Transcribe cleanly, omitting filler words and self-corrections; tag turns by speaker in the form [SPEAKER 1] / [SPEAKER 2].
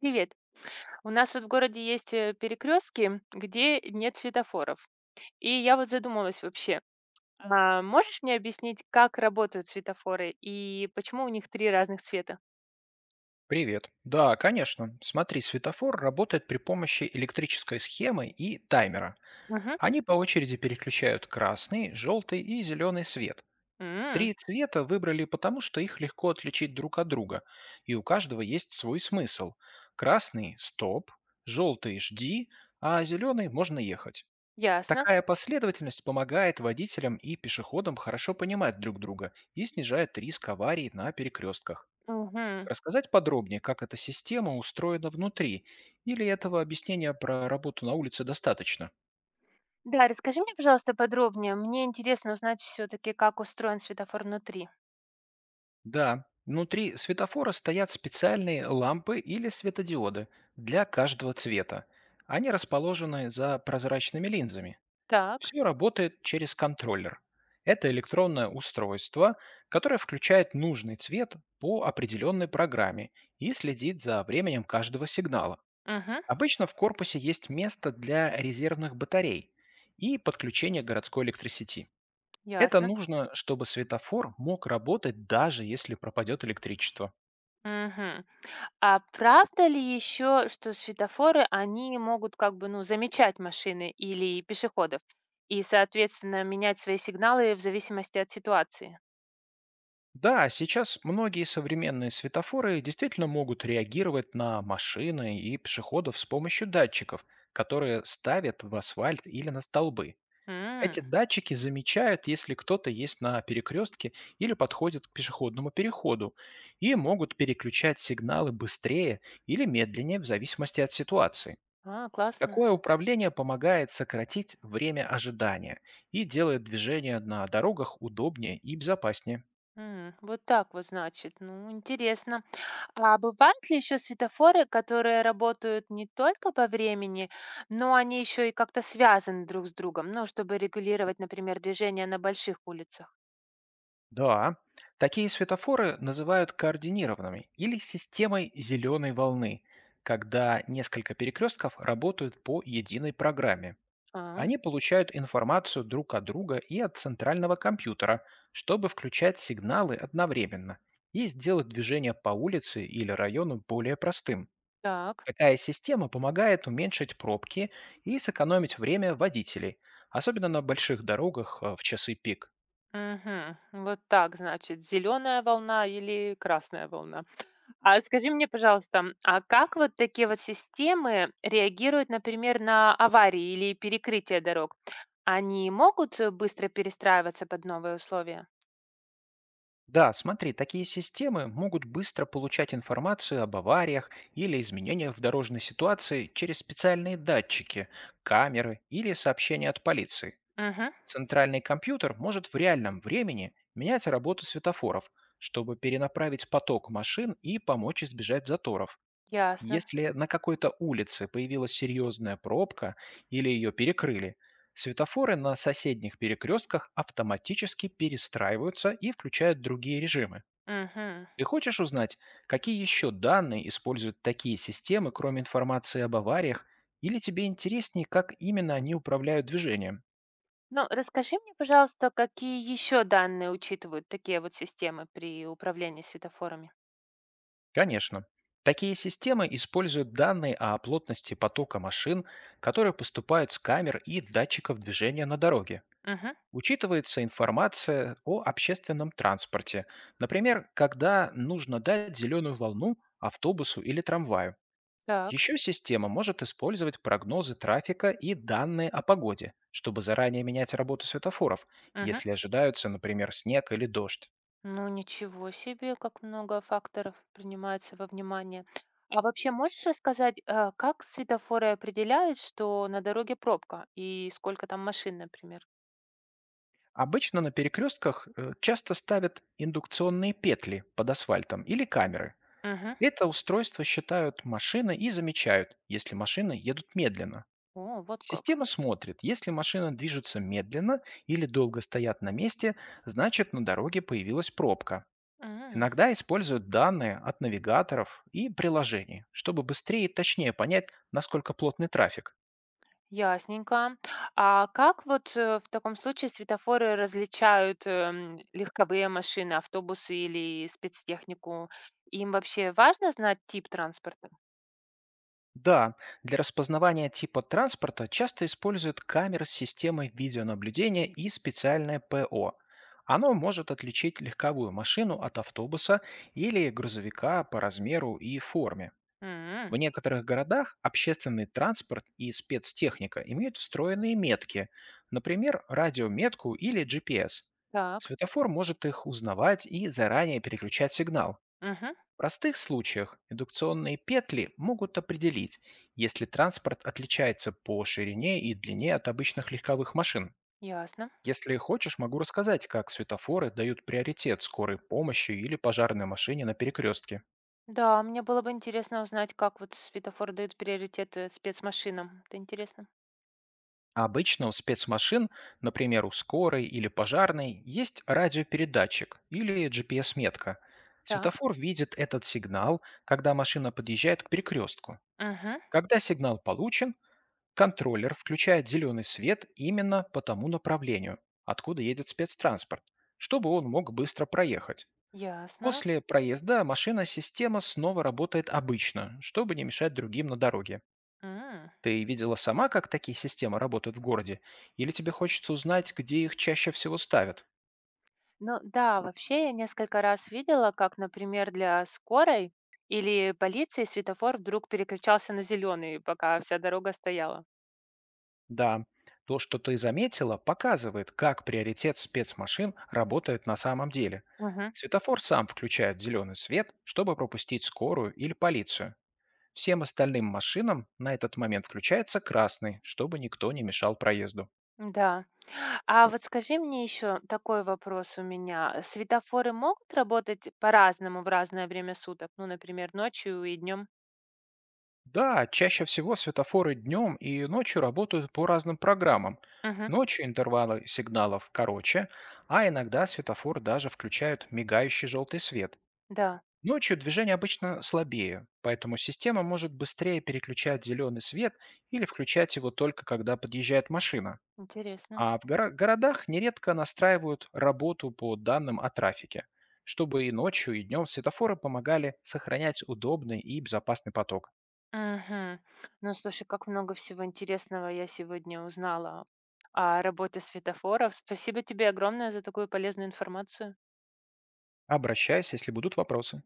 [SPEAKER 1] Привет. У нас вот в городе есть перекрестки, где нет светофоров. И я вот задумалась вообще, а можешь мне объяснить, как работают светофоры и почему у них три разных цвета?
[SPEAKER 2] Привет. Да, конечно. Смотри, светофор работает при помощи электрической схемы и таймера.
[SPEAKER 1] Угу.
[SPEAKER 2] Они по очереди переключают красный, желтый и зеленый свет. Три цвета выбрали потому, что их легко отличить друг от друга, и у каждого есть свой смысл. Красный – стоп, желтый – жди, а зеленый – можно ехать.
[SPEAKER 1] Ясно.
[SPEAKER 2] Такая последовательность помогает водителям и пешеходам хорошо понимать друг друга и снижает риск аварий на перекрестках.
[SPEAKER 1] Мгм.
[SPEAKER 2] Рассказать подробнее, как эта система устроена внутри? Или этого объяснения про работу на улице достаточно?
[SPEAKER 1] Да, расскажи мне, пожалуйста, подробнее. Мне интересно узнать все-таки, как устроен светофор внутри.
[SPEAKER 2] Да, внутри светофора стоят специальные лампы или светодиоды для каждого цвета. Они расположены за прозрачными линзами.
[SPEAKER 1] Так.
[SPEAKER 2] Все работает через контроллер. Это электронное устройство, которое включает нужный цвет по определенной программе и следит за временем каждого сигнала.
[SPEAKER 1] Угу.
[SPEAKER 2] Обычно в корпусе есть место для резервных батарей и подключения к городской электросети. Это
[SPEAKER 1] Ясно.
[SPEAKER 2] нужно, чтобы светофор мог работать, даже если пропадет электричество.
[SPEAKER 1] Мгм. А правда ли еще, что светофоры, они могут как бы, ну, замечать машины или пешеходов и, соответственно, менять свои сигналы в зависимости от ситуации?
[SPEAKER 2] Да, сейчас многие современные светофоры действительно могут реагировать на машины и пешеходов с помощью датчиков, которые ставят в асфальт или на столбы. Эти
[SPEAKER 1] М.
[SPEAKER 2] датчики замечают, если кто-то есть на перекрестке или подходит к пешеходному переходу, и могут переключать сигналы быстрее или медленнее в зависимости от ситуации.
[SPEAKER 1] А, классно.
[SPEAKER 2] Такое управление помогает сократить время ожидания и делает движение на дорогах удобнее и безопаснее.
[SPEAKER 1] М. Вот так вот, значит. Ну, интересно. А бывают ли еще светофоры, которые работают не только по времени, но они еще и как-то связаны друг с другом, ну, чтобы регулировать, например, движение на больших улицах?
[SPEAKER 2] Да, такие светофоры называют координированными или системой зеленой волны, когда несколько перекрестков работают по единой программе.
[SPEAKER 1] А,
[SPEAKER 2] Они получают информацию друг от друга и от центрального компьютера, чтобы включать сигналы одновременно и сделать движение по улице или району более простым.
[SPEAKER 1] так.
[SPEAKER 2] Такая система помогает уменьшить пробки и сэкономить время водителей, особенно на больших дорогах в часы пик.
[SPEAKER 1] Мгм. Вот так, значит, зеленая волна или красная волна. А скажи мне, пожалуйста, а как вот такие вот системы реагируют, например, на аварии или перекрытие дорог? Они могут быстро перестраиваться под новые условия?
[SPEAKER 2] Да, смотри, такие системы могут быстро получать информацию об авариях или изменениях в дорожной ситуации через специальные датчики, камеры или сообщения от полиции.
[SPEAKER 1] Мгм.
[SPEAKER 2] Центральный компьютер может в реальном времени менять работу светофоров, чтобы перенаправить поток машин и помочь избежать заторов.
[SPEAKER 1] Ясно.
[SPEAKER 2] Если на какой-то улице появилась серьезная пробка или ее перекрыли, светофоры на соседних перекрестках автоматически перестраиваются и включают другие режимы.
[SPEAKER 1] Мгм.
[SPEAKER 2] Ты хочешь узнать, какие еще данные используют такие системы, кроме информации об авариях, или тебе интереснее, как именно они управляют движением?
[SPEAKER 1] Ну, расскажи мне, пожалуйста, какие еще данные учитывают такие вот системы при управлении светофорами?
[SPEAKER 2] Конечно. Такие системы используют данные о плотности потока машин, которые поступают с камер и датчиков движения на дороге.
[SPEAKER 1] Мгм.
[SPEAKER 2] Учитывается информация о общественном транспорте, например, когда нужно дать зеленую волну автобусу или трамваю.
[SPEAKER 1] Так.
[SPEAKER 2] Еще система может использовать прогнозы трафика и данные о погоде, чтобы заранее менять работу светофоров,
[SPEAKER 1] Мгм.
[SPEAKER 2] если ожидаются, например, снег или дождь.
[SPEAKER 1] Ну, ничего себе, как много факторов принимается во внимание. А вообще можешь рассказать, как светофоры определяют, что на дороге пробка и сколько там машин, например?
[SPEAKER 2] Обычно на перекрестках часто ставят индукционные петли под асфальтом или камеры.
[SPEAKER 1] Мгм.
[SPEAKER 2] Это устройство считают машины и замечают, если машины едут медленно.
[SPEAKER 1] О, вот как.
[SPEAKER 2] Система смотрит, если машины движутся медленно или долго стоят на месте, значит, на дороге появилась пробка.
[SPEAKER 1] М.
[SPEAKER 2] Иногда используют данные от навигаторов и приложений, чтобы быстрее и точнее понять, насколько плотный трафик.
[SPEAKER 1] Ясненько. А как вот в таком случае светофоры различают легковые машины, автобусы или спецтехнику? Им вообще важно знать тип транспорта?
[SPEAKER 2] Да, для распознавания типа транспорта часто используют камеры с системой видеонаблюдения и специальное ПО. Оно может отличить легковую машину от автобуса или грузовика по размеру и форме. В
[SPEAKER 1] М.
[SPEAKER 2] некоторых городах общественный транспорт и спецтехника имеют встроенные метки, например, радиометку или GPS.
[SPEAKER 1] Так.
[SPEAKER 2] Светофор может их узнавать и заранее переключать сигнал.
[SPEAKER 1] Мгм.
[SPEAKER 2] В простых случаях индукционные петли могут определить, если транспорт отличается по ширине и длине от обычных легковых машин.
[SPEAKER 1] Ясно.
[SPEAKER 2] Если хочешь, могу рассказать, как светофоры дают приоритет скорой помощи или пожарной машине на перекрестке.
[SPEAKER 1] Да, мне было бы интересно узнать, как вот светофор дают приоритет спецмашинам. Это интересно.
[SPEAKER 2] Обычно у спецмашин, например у скорой или пожарной, есть радиопередатчик или GPS-метка.
[SPEAKER 1] Так,
[SPEAKER 2] Светофор видит этот сигнал, когда машина подъезжает к перекрестку.
[SPEAKER 1] мгм,
[SPEAKER 2] Когда сигнал получен, контроллер включает зеленый свет именно по тому направлению, откуда едет спецтранспорт, чтобы он мог быстро проехать.
[SPEAKER 1] ясно.
[SPEAKER 2] После проезда машина-система снова работает обычно, чтобы не мешать другим на дороге.
[SPEAKER 1] М.
[SPEAKER 2] Ты видела сама, как такие системы работают в городе? Или тебе хочется узнать, где их чаще всего ставят?
[SPEAKER 1] Ну да, вообще я несколько раз видела, как, например, для скорой или полиции светофор вдруг переключался на зеленый, пока вся дорога стояла.
[SPEAKER 2] Да, то, что ты заметила, показывает, как приоритет спецмашин работает на самом деле.
[SPEAKER 1] Мгм.
[SPEAKER 2] Светофор сам включает зеленый свет, чтобы пропустить скорую или полицию. Всем остальным машинам на этот момент включается красный, чтобы никто не мешал проезду.
[SPEAKER 1] Да. А вот скажи мне еще такой вопрос у меня. Светофоры могут работать по-разному в разное время суток? Ну, например, ночью и днем?
[SPEAKER 2] Да, чаще всего светофоры днем и ночью работают по разным программам.
[SPEAKER 1] Мгм.
[SPEAKER 2] Ночью интервалы сигналов короче, а иногда светофор даже включают мигающий желтый свет.
[SPEAKER 1] Да,
[SPEAKER 2] Ночью движение обычно слабее, поэтому система может быстрее переключать зеленый свет или включать его только когда подъезжает машина.
[SPEAKER 1] интересно.
[SPEAKER 2] А в городах нередко настраивают работу по данным о трафике, чтобы и ночью, и днем светофоры помогали сохранять удобный и безопасный поток.
[SPEAKER 1] Мгм. Ну, слушай, как много всего интересного я сегодня узнала о работе светофоров. Спасибо тебе огромное за такую полезную информацию.
[SPEAKER 2] Обращайся, если будут вопросы.